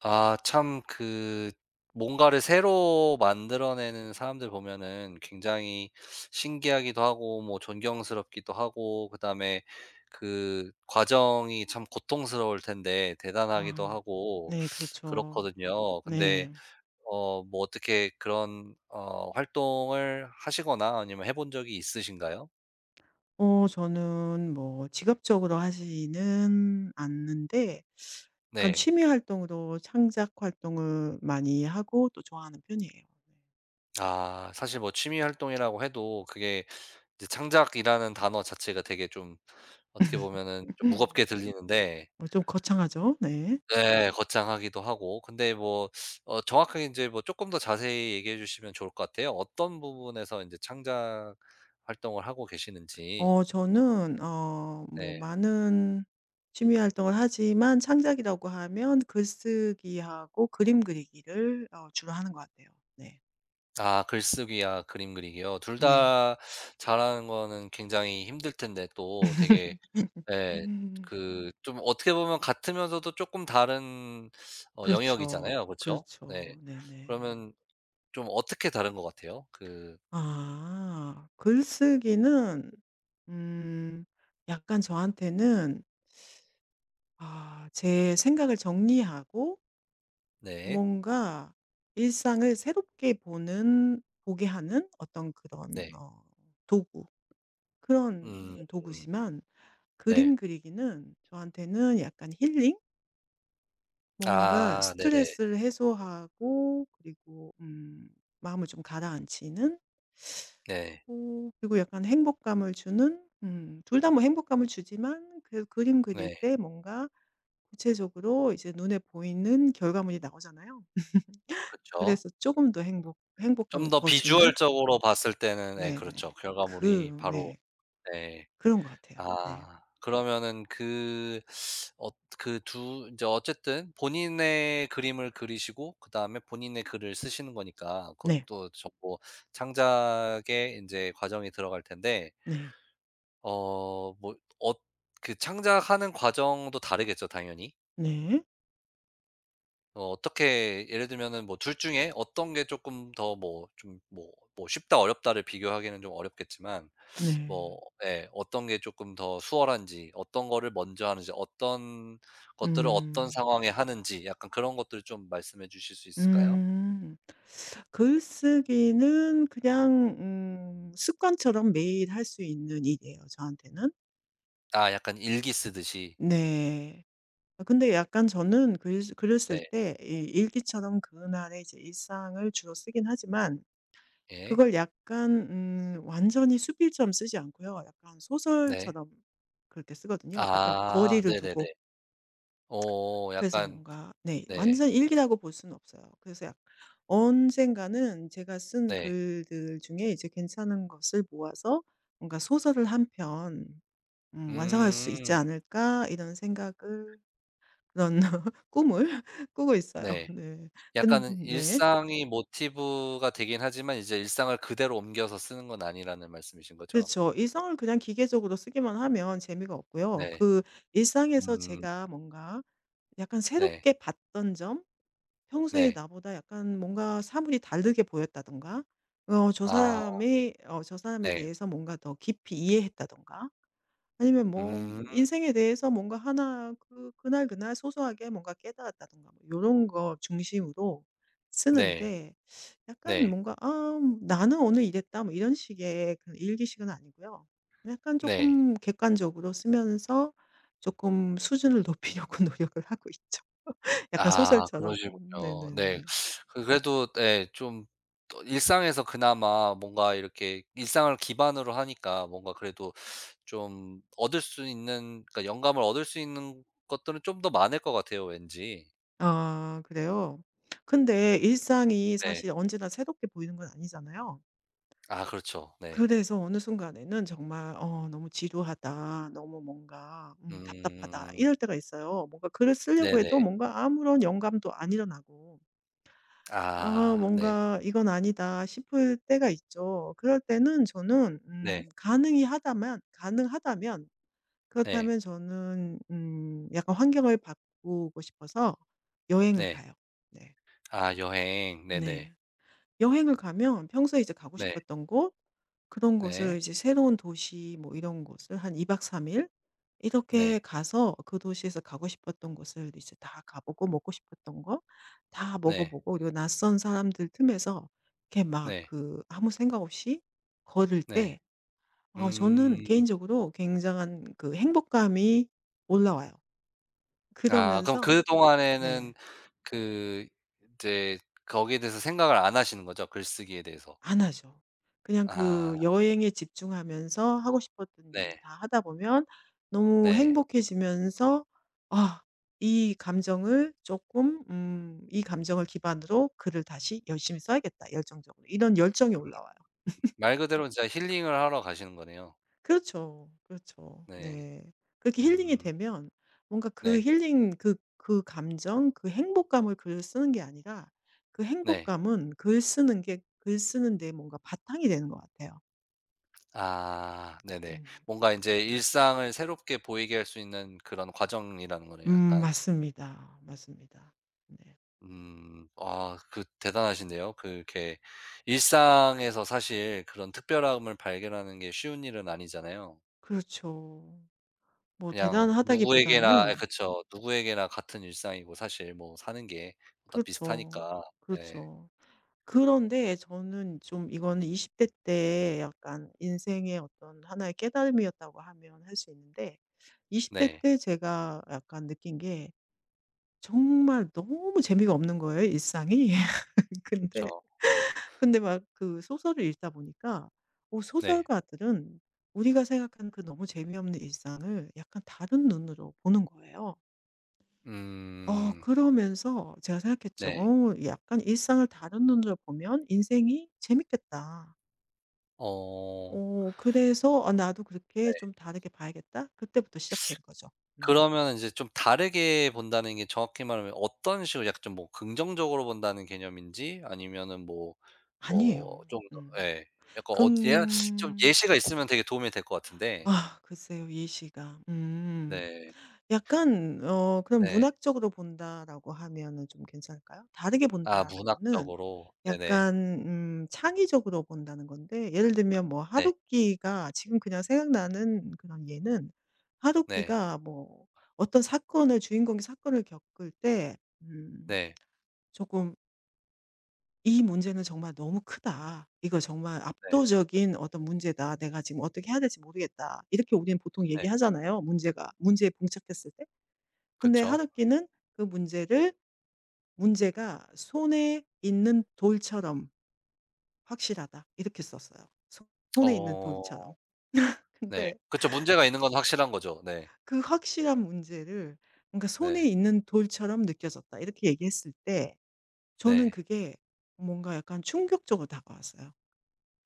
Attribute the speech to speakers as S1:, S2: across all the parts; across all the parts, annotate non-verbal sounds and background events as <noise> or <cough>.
S1: 아 참 그 뭔가를 새로 만들어내는 사람들 보면은 굉장히 신기하기도 하고 뭐 존경스럽기도 하고 그다음에 그 과정이 참 고통스러울 텐데
S2: 아
S1: 대단하기도
S2: 네.
S1: 하고
S2: 네, 그렇죠.
S1: 그렇거든요. 근데
S2: 네.
S1: 뭐 어떻게 그런 활동을 하시거나 아니면 해본 적이 있으신가요?
S2: 저는 뭐 직업적으로 하지는 않는데 약간
S1: 네.
S2: 취미 활동으로 창작 활동을 많이 하고 또 좋아하는 편이에요.
S1: 아 사실 뭐 취미 활동이라고 해도 그게 이제 창작이라는 단어 자체가 되게 좀 어떻게
S2: <laughs>
S1: 보면은 좀 무겁게 들리는데.
S2: 좀 거창하죠? 네.
S1: 네, 거창하기도 하고 근데 뭐 정확하게 인제 뭐 쪼끔 더 자세히 얘기해 주시면 좋을 것 같아요. 어떤 부분에서 인제 창작 활동을 하고 계시는지.
S2: 저는 뭐
S1: 네.
S2: 많은 취미 활동을 하지만, 창작이라고 하면 글쓰기하고 그림 그리기를 주로 하는 것 같아요. 네.
S1: 아 글쓰기와 그림 그리기요. 둘
S2: 네.
S1: 다 잘하는 거는 굉장히 힘들 텐데 또 되게
S2: <laughs> <laughs>
S1: 예 그 좀 어떻게 보면 같으면서도 쪼끔 다른
S2: 그렇죠.
S1: 영역이잖아요. 그쵸? 네.
S2: 그렇죠. 네네.
S1: 그러면 좀 어떻게 다른 것 같아요?
S2: 아 글쓰기는 음 약간 저한테는, 아 제 생각을 정리하고
S1: 네.
S2: 뭔가 일상을 새롭게 보는 보게 하는 어떤 그런
S1: 네.
S2: 도구
S1: 음.
S2: 그런
S1: 음.
S2: 도구지만,
S1: 네.
S2: 그림 그리기는 저한테는 약간 힐링? 뭔가
S1: 아 네네.
S2: 스트레스를 해소하고, 그리고 마음을 좀 가라앉히는,
S1: 네.
S2: 오, 그리고 약간 행복감을 주는. 둘 다 뭐 행복감을 주지만, 그 그림 그릴
S1: 네.
S2: 때 뭔가 구체적으로 이제 눈에 보이는 결과물이 나오잖아요.
S1: 그렇죠.
S2: 그래서 조금 더
S1: 좀
S2: 행복감을
S1: 더
S2: 더 주는.
S1: 비주얼적으로 봤을 때는 예 그렇죠.
S2: 네네.
S1: 결과물이
S2: 그
S1: 바로.
S2: 네.
S1: 네.
S2: 그런 것 같아요. 네.
S1: 아 그러면은 그어그 두 인제 어쨌든 본인의 그림을 그리시고 그다음에 본인의 글을 쓰시는 거니까
S2: 네.
S1: 그것도 전부 창작의 인제 과정이 들어갈 텐데
S2: 네.
S1: 뭐 엇 그 창작하는 과정도 다르겠죠 당연히?
S2: 네.
S1: 어떻게 예를 들면은 뭐 둘 중에 어떤 게 조금 더 뭐 좀 뭐 쉽다 어렵다를 비교하기는 좀 어렵겠지만
S2: 네.
S1: 뭐 예 어떤 게 조금 더 수월한지 어떤 거를 먼저 하는지 어떤 것들을 어떤
S2: 음.
S1: 상황에 하는지 약간 그런 것들을 좀 말씀해 주실 수 있을까요?
S2: 음. 글쓰기는 그냥 습관처럼 매일 할 수 있는 일이에요, 저한테는.
S1: 아 약간 일기 쓰듯이.
S2: 네. 아 근데 약간 저는 글 글을 쓸
S1: 네.
S2: 때 이 일기처럼 그날의 이제 일상을 주로 쓰긴 하지만,
S1: 예.
S2: 그걸 약간 완전히 수필처럼 쓰지 않고요. 약간
S1: 네.
S2: 소설처럼 그렇게 쓰거든요. 약간
S1: 아
S2: 거리를 두고,
S1: 네네네. 오
S2: 그래서
S1: 약간.
S2: 뭔가 네,
S1: 네.
S2: 완전 일기라고 볼 수는 없어요. 그래서 약 언젠가는 제가 쓴
S1: 네.
S2: 글들 중에 이제 괜찮은 것을 모아서, 뭔가 소설을 한편 '완성할 수 있지
S1: 음.
S2: 않을까?' 이런 생각을, 그런 <laughs> 꿈을 <laughs> 꾸고 있어요.
S1: 네.
S2: 네. 근
S1: 약간은
S2: 데
S1: 일상이 모티브가 되긴 하지만 이제 일상을 그대로 옮겨서 쓰는 건 아니라는 말씀이신 거죠?
S2: 그렇죠. 일상을 그냥 기계적으로 쓰기만 하면 재미가 없고요.
S1: 네.
S2: 그 일상에서
S1: 음.
S2: 제가 뭔가 약간
S1: 네.
S2: 새롭게 봤던 점, 평소에
S1: 네.
S2: 나보다 약간 뭔가 사물이 다르게 보였다든가, 어 저
S1: 아
S2: 사람이 어 저 사람에
S1: 네.
S2: 대해서 뭔가 더 깊이 이해했다든가, 아니면 뭐
S1: 음.
S2: 인생에 대해서 뭔가 하나 그 그날 그날 소소하게 뭔가 깨달았다든가, 뭐 요런 거 중심으로
S1: 네.
S2: 쓰는데, 약간
S1: 네.
S2: 뭔가 '아 나는 오늘 이랬다.' 뭐 이런 식의 그런 일기식은 아니고요. 약간
S1: 네.
S2: 조금 객관적으로 쓰면서 조금 수준을 높이려고 <laughs> 노력을 하고 있죠. <laughs> 약간
S1: 아
S2: 소설처럼.
S1: 그러시군요. 네.
S2: 네네네.
S1: 그 그래도 예 좀 또 일상에서 그나마 뭔가 이렇게 일상을 기반으로 하니까 뭔가 그래도 좀 얻을 수 있는, 그러니까 영감을 얻을 수 있는 것들은 좀 더 많을 것 같아요 왠지.
S2: 아 그래요? 근데 일상이
S1: 네.
S2: 사실 언제나 새롭게 보이는 건 아니잖아요.
S1: 아 그렇죠. 네.
S2: 그래서 어느 순간에는 정말 너무 지루하다. 너무 뭔가 답답하다.
S1: 음.
S2: 이럴 때가 있어요. 뭔가 글을 쓰려고 해도
S1: 네네.
S2: 뭔가 아무런 영감도 안 일어나고, 어
S1: 아 네.
S2: 뭔가 '이건 아니다.' 싶을 때가 있죠. 그럴 때는 저는
S1: 네.
S2: 가능이 하다면 가능하다면,
S1: 네.
S2: 그렇다면 저는 약간 환경을 바꾸고 싶어서 여행을
S1: 네.
S2: 가요. 네.
S1: 아 여행. 네네.
S2: 네. 여행을 가면 평소에 이제 가고
S1: 네.
S2: 싶었던 곳, 그런 곳을,
S1: 네.
S2: 이제 새로운 도시 뭐 이런 곳을 한 2박 3일 이렇게
S1: 네.
S2: 가서, 그 도시에서 가고 싶었던 곳을 이제 다 가 보고, 먹고 싶었던 거 다 먹어
S1: 네.
S2: 보고, 그리고 낯선 사람들 틈에서 이렇게 막
S1: 네.
S2: 그 아무 생각 없이 걸을
S1: 네.
S2: 때, 저는
S1: 음.
S2: 개인적으로 굉장한 그 행복감이 올라와요.
S1: 아 그럼
S2: 그러면서 네.
S1: 그동안에는 그 이제 거기에 대해서 생각을 안 하시는 거죠? 글쓰기에 대해서.
S2: 안 하죠. 그냥
S1: 아
S2: 그 여행에 집중하면서 하고 싶었던 일을
S1: 네.
S2: 다 하다 보면 너무
S1: 네.
S2: 행복해지면서, 아, 이 감정을 조금, 음, '이 감정을 기반으로 글을 다시 열심히 써야겠다, 열정적으로.' 이런 열정이 올라와요.
S1: 말 그대로 진짜 힐링을 하러 가시는 거네요.
S2: 그렇죠. 그렇죠.
S1: 네.
S2: 네. 그렇게 힐링이
S1: 음.
S2: 되면 뭔가 그
S1: 네.
S2: 힐링, 그 그 감정, 그 행복감을 글을 쓰는 게 아니라, 그
S1: 네.
S2: 행복감은 글 쓰는 데 뭔가 바탕이 되는 것 같아요.
S1: 아 네네.
S2: 음.
S1: 뭔가 이제 일상을 새롭게 보이게 할 수 있는 그런 과정이라는 거네요 약간.
S2: 맞습니다. 맞습니다. 네.
S1: 음. 아 그 대단하신데요. 그렇게 일상에서 사실 그런 특별함을 발견하는 게 쉬운 일은 아니잖아요.
S2: 그렇죠. 뭐
S1: 그냥 네. 누구에게나 예
S2: 대단하다기보다는
S1: 그쵸. 누구에게나 같은 일상이고 사실 뭐 사는 게 다 비슷하니까.
S2: 그렇죠.
S1: 예.
S2: 그렇죠. 그런데 저는 좀 이거는 20대 때 약간 인생의 어떤 하나의 깨달음이었다고 하면 할 수 있는데, 20대
S1: 네.
S2: 때 제가 약간 느낀 게 정말 너무 재미가 없는 거예요, 일상이. <laughs> 근데,
S1: 그쵸.
S2: 근데 막 그 소설을 읽다 보니까,
S1: 네.
S2: 소설가들은 우리가 생각하는 그 너무 재미없는 일상을 약간 다른 눈으로 보는 거예요.
S1: 음.
S2: 그러면서 제가 생각했죠.
S1: 네.
S2: 약간 일상을 다른 눈으로 보면 인생이 재밌겠다.'
S1: 어.
S2: 그래서 '아 나도 그렇게
S1: 네.
S2: 좀 다르게 봐야겠다.' 그때부터 시작된 거죠.
S1: 그
S2: 네.
S1: 러면 이제 좀 다르게 본다는 게 정확히 말하면 어떤 식으로, 약간 좀 뭐 긍정적으로 본다는 개념인지 아니면은 뭐 뭐
S2: 아니에요.
S1: 좀 더
S2: 음.
S1: 예. 약간 예 좀
S2: 긍
S1: 예시가 있으면 되게 도움이 될 것 같은데.
S2: 아 글쎄요, 예시가. 음.
S1: 네.
S2: 약간 그럼
S1: 네.
S2: '문학적으로 본다.'라고 하면은 좀 괜찮을까요? 다르게
S1: 아
S2: 본다라는 거는
S1: 문학적으로. 네네.
S2: 약간 창의적으로 본다는 건데, 예를 들면 뭐
S1: 네.
S2: 하루키가 지금 그냥 생각나는 그런 예는,
S1: 네.
S2: 하루키가 뭐 어떤 사건을 주인공이 사건을 겪을 때 음
S1: 네.
S2: 조금, '이 문제는 정말 너무 크다. 이거 정말
S1: 네.
S2: 압도적인 어떤 문제다. 내가 지금 어떻게 해야 될지 모르겠다.' 이렇게 우리는 보통
S1: 네.
S2: 얘기하잖아요, 문제가 문제에 봉착했을 때. 근데
S1: 그쵸.
S2: 하루키는 그 문제를, "문제가 손에 있는 돌처럼 확실하다." 이렇게 썼어요. "손 손에 있는
S1: 어
S2: 돌처럼."
S1: 네.
S2: 근데
S1: 그쵸. 문제가 있는 건 확실한 거죠. 네.
S2: 그 확실한 문제를 뭔가 "손에
S1: 네.
S2: 있는 돌처럼 느껴졌다." 이렇게 얘기했을 때, 저는
S1: 네.
S2: 그게 뭔가 약간 충격적으로 다가왔어요.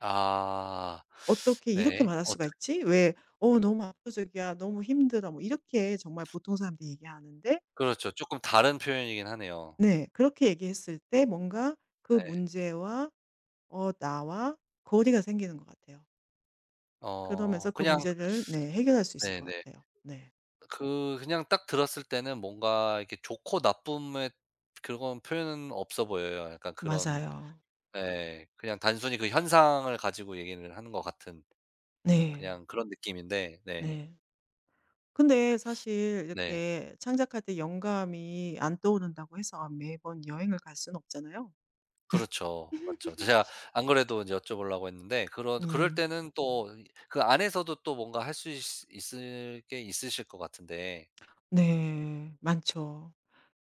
S1: 아.
S2: '어떻게 이렇게
S1: 네.
S2: 말할
S1: 어떻
S2: 수가 있지? 왜 너무 압도적이야. 너무 힘들어." 뭐 이렇게 정말 보통 사람들이 얘기하는데.'
S1: 그렇죠. 쪼끔 다른 표현이긴 하네요.
S2: 네 그렇게 얘기했을 때 뭔가 그
S1: 네.
S2: 문제와, 나와, 거리가 생기는 것 같아요. 그러면서 그
S1: 그냥.
S2: 문제를 네 해결할 수 있을 것
S1: 네네.
S2: 같아요. 네.
S1: 그 그냥 딱 들었을 때는 뭔가 이렇게 좋고 나쁨의 그런 표현은 없어 보여요. 약간 그런
S2: 맞아요.
S1: 예. 그냥 단순히 그 현상을 가지고 얘기를 하는 것 같은,
S2: 네.
S1: 그냥 그런 느낌인데. 네.
S2: 네. 근데 사실
S1: 네.
S2: 이렇게 창작할 때 영감이 안 떠오른다고 해서 매번 여행을 갈 수는 없잖아요.
S1: 그렇죠. 맞죠. 제가
S2: <laughs>
S1: 안 그래도 인제 여쭤보려고 했는데, 그런 그럴
S2: 음.
S1: 때는 또 이 그 안에서도 또 뭔가 할 수 있으 있을 게 있으실 것 같은데.
S2: 네. 많죠.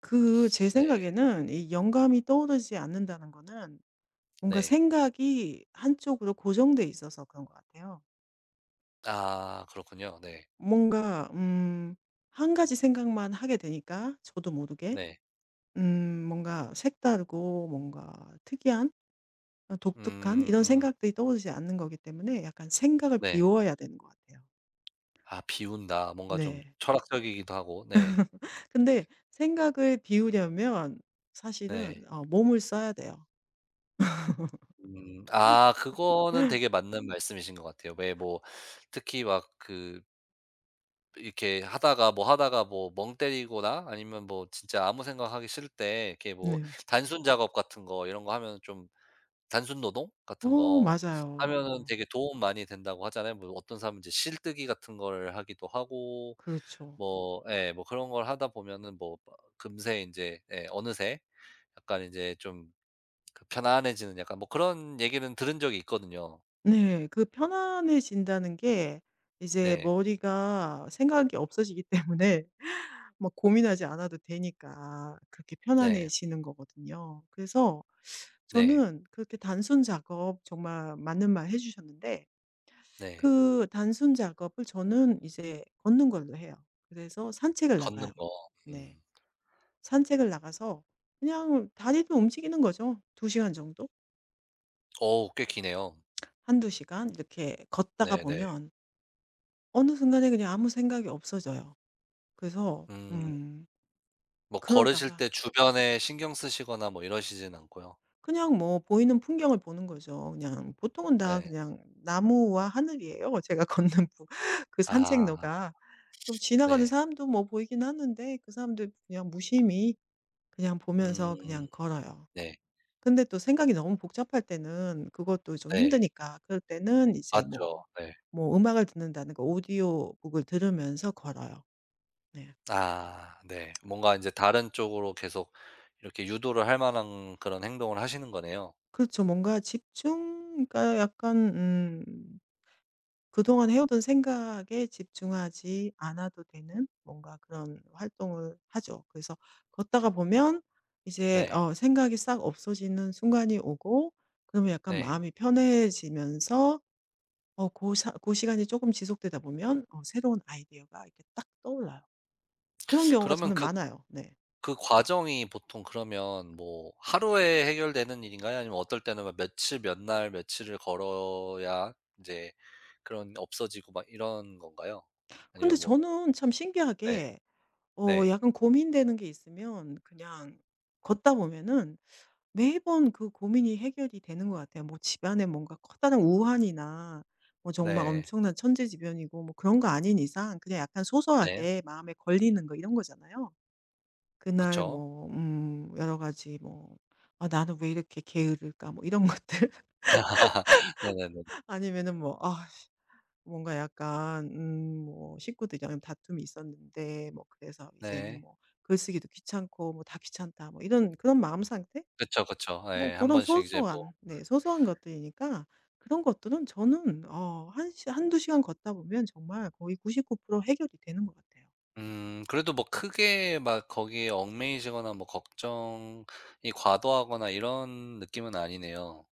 S2: 그 제
S1: 네.
S2: 생각에는 이 영감이 떠오르지 않는다는 거는 뭔가
S1: 네.
S2: 생각이 한쪽으로 고정돼 있어서 그런 것 같아요.
S1: 아 그렇군요. 네.
S2: 뭔가 한 가지 생각만 하게 되니까 저도 모르게
S1: 네.
S2: 뭔가 색다르고 뭔가 특이한, 독특한
S1: 음.
S2: 이런
S1: 음.
S2: 생각들이 떠오르지 않는 거기 때문에, 약간 생각을
S1: 네.
S2: 비워야 되는 것 같아요.
S1: 아 비운다. 뭔가 좀
S2: 네.
S1: 철학적이기도 하고. 네.
S2: 근데 생각을 비우려면 사실은
S1: 네.
S2: 몸을 써야 돼요.
S1: 음. 아 그거는 되게 맞는 말씀이신 것 같아요. 왜 뭐 특히 막 그 이렇게 하다가 뭐 하다가 뭐 멍 때리거나 아니면 뭐 진짜 아무 생각하기 싫을 때 이렇게 뭐
S2: 네.
S1: 단순 작업 같은 거, 이런 거 하면 좀 단순 노동 같은 거 하면은
S2: 맞아요.
S1: 되게 도움 많이 된다고 하잖아요. 뭐 어떤 사람은 이제 실뜨기 같은 걸 하기도 하고
S2: 그렇죠.
S1: 뭐 예 뭐 그런 걸 하다 보면은 뭐 금세 이제 예 어느새 약간 이제 좀 그 편안해지는, 약간 뭐 그런 얘기는 들은 적이 있거든요.
S2: 네. 그 편안해진다는 게 이제
S1: 네.
S2: 머리가 생각이 없어지기 <laughs> 때문에 막 고민하지 않아도 되니까 그렇게
S1: 네.
S2: 편안해지는 거거든요. 그래서
S1: 네.
S2: 저는 그렇게, 단순 작업, 정말 맞는 말 해 주셨는데,
S1: 네.
S2: 그 단순 작업을 저는 이제 걷는 걸로 해요. 그래서 산책을 나가요.
S1: 걷는 거.
S2: 네.
S1: 음.
S2: 산책을 나가서 그냥 다리를 움직이는 거죠. 2시간 시간 정도?
S1: 어우 꽤 기네요.
S2: 한두 시간 이렇게 걷다가
S1: 네네.
S2: 보면 어느 순간에 그냥 아무 생각이 없어져요. 그래서
S1: 음. 뭐 걸으실
S2: 그러다가
S1: 때 주변에 신경 쓰시거나 뭐 이러시진 않고요.
S2: 그냥 뭐 보이는 풍경을 보는 거죠. 그냥 보통은 다
S1: 네.
S2: 그냥 나무와 하늘이에요. <laughs> 제가 <laughs> 그
S1: 아
S2: 산책로가. 그럼 지나가는
S1: 네.
S2: 사람도 뭐 보이긴 하는데, 그 사람들 그냥 무심히 그냥 보면서
S1: 음
S2: 그냥 걸어요.
S1: 네.
S2: 근데 또 생각이 너무 복잡할 때는 그것도 좀
S1: 네.
S2: 힘드니까, 그럴 때는 이제 뭐,
S1: 맞죠. 네.
S2: 뭐 음악을 듣는다는 거 오디오 북을 들으면서 걸어요. 네.
S1: 아 네. 뭔가 인제 다른 쪽으로 계속 이렇게 유도를 할 만한 그런 행동을 하시는 거네요.
S2: 그렇죠. 뭔가 집중, 그러니까 약간, 그동안 해오던 생각에 집중하지 않아도 되는 뭔가 그런 활동을 하죠. 그래서 걷다가 보면 이제
S1: 네.
S2: 생각이 싹 없어지는 순간이 오고, 그러면 약간
S1: 네.
S2: 마음이 편해지면서 어 그, 사 그 시간이 조금 지속되다 보면 새로운 아이디어가 이렇게 딱 떠올라요. 그런 경우가
S1: 그러면
S2: 저는
S1: 그
S2: 많아요. 네.
S1: 그 과정이 보통, 그러면 뭐 하루에 해결되는 일인가요? 아니면 어떨 때는 막 며칠, 몇 날, 며칠을 걸어야 이제 그런 없어지고 막 이런 건가요?
S2: 근데
S1: 아니면 뭐
S2: 저는 참
S1: 네.
S2: 신기하게
S1: 네.
S2: 약간 고민되는 게 있으면 그냥 걷다 보면은 매번 그 고민이 해결이 되는 것 같아요. 뭐 집안에 뭔가 커다란 우환이나 뭐 정말
S1: 네.
S2: 엄청난 천재지변이고 뭐 그런 거 아닌 이상, 그냥 약간
S1: 네.
S2: 소소하게 마음에 걸리는 거, 이런 거잖아요. 그날
S1: 그쵸.
S2: 뭐 여러 가지 뭐 '아 나는 왜 이렇게 게으를까?' 뭐 이런 것들 <laughs>
S1: <laughs> 네네네.
S2: 아니면은 뭐 '아 뭔가 약간 뭐 식구들이랑 다툼이 있었는데 뭐 그래서 이제는
S1: 네.
S2: 뭐 글쓰기도 귀찮고 뭐 다 귀찮다.' 뭐 이런 그런 마음 상태?
S1: 그쵸, 그쵸.
S2: 뭐
S1: 예.
S2: 그
S1: 한
S2: 런
S1: 번씩 이제 뭐
S2: 소소한, 네 소소한 것들이니까, 그런 것들은 저는 어 한 시 한두 시간 걷다 보면 정말 거의 99% 해결이 되는 것 같아요.
S1: 음. 그래도 뭐 크게 막 거기에 얽매이시거나 뭐 걱정이 과도하거나 이런 느낌은 아니네요.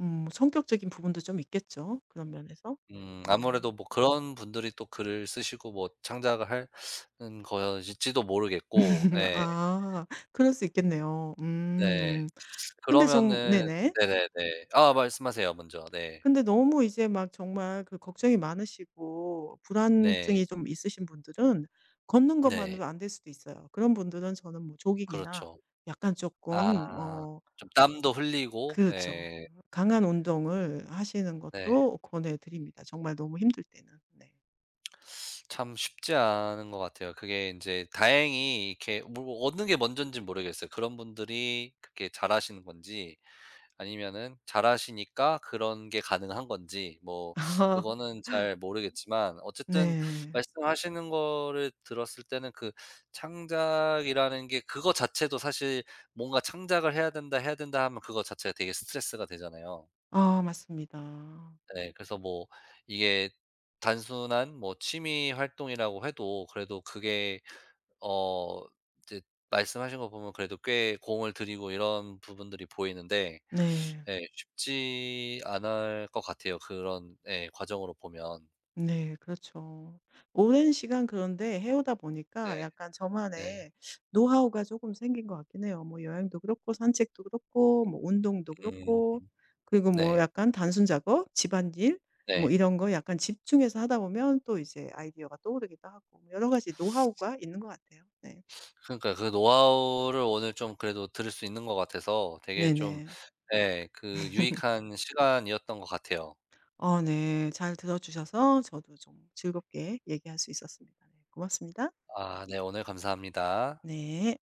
S2: 성격적인 부분도 좀 있겠죠, 그런 면에서. 뭐
S1: 아무래도 뭐 그런 분들이 또 글을 쓰시고 뭐 창작을 하는 것일지도 모르겠고
S2: <laughs>
S1: 예.
S2: 아 그럴 수 있겠네요.
S1: 네.
S2: 음. 근데 정
S1: 그러면은.
S2: 네네.
S1: 네네네. 아 말씀하세요 먼저. 네.
S2: 근데 너무 이제 막 정말 그 걱정이 많으시고
S1: 네.
S2: 불안증이 좀 있으신 분들은 걷는
S1: 네.
S2: 것만으로 안 될 수도 있어요. 그런 분들은 저는 뭐 조깅이나
S1: 그렇죠.
S2: 약간 조금
S1: 아 좀 땀도 흘리고
S2: 그렇죠.
S1: 예.
S2: 강한 운동을 하시는
S1: 네.
S2: 것도 권해 드립니다, 정말 너무 힘들 때는. 네.
S1: 참 쉽지 않은 것 같아요. 그게 이제 다행히 이렇게 뭐 어느 게 먼저인지 모르겠어요. 그런 분들이 그렇게 잘하시는 건지 아니면은 잘하시니까 그런 게 가능한 건지, 뭐
S2: <laughs>
S1: 그거는 잘 모르겠지만 어쨌든
S2: 네.
S1: 말씀하시는 거를 들었을 때는 그 창작이라는 게 그거 자체도 사실, 뭔가 '창작을 해야 된다, 해야 된다.' 하면 그거 자체가 되게 스트레스가 되잖아요.
S2: 아 맞습니다.
S1: 네. 그래서 뭐 이게 단순한 뭐 취미 활동이라고 해도 그래도 그게 어 이제 말씀하신 거 보면 그래도 꽤 공을 들이고 이런 부분들이 보이는데
S2: 네.
S1: 예. 쉽지 않을 것 같아요 그런 예 과정으로 보면.
S2: 네. 그렇죠. 오랜 시간 그런데 해오다 보니까
S1: 네.
S2: 약간
S1: 네.
S2: 저만의 노하우가 조금 생긴 것 같긴 해요. 뭐 여행도 그렇고 산책도 그렇고 뭐 운동도
S1: 음.
S2: 그렇고, 그리고 뭐
S1: 네.
S2: 약간 단순 작업, 집안일,
S1: 네.
S2: 뭐 이런 거 약간 집중해서 하다 보면 또 이제 아이디어가 떠오르기도 하고, 뭐 여러 가지 노하우가 있는 것 같아요. 네.
S1: 그러니까 그 노하우를 오늘 좀 그래도 들을 수 있는 것 같아서 되게 좀
S2: 네네.
S1: 예 그 유익한 시간이었던 것 같아요.
S2: 네. 잘 들어 주셔서 저도 좀 즐겁게 얘기할 수 있었습니다. 네. 고맙습니다.
S1: 아 네. 오늘 감사합니다.
S2: 네.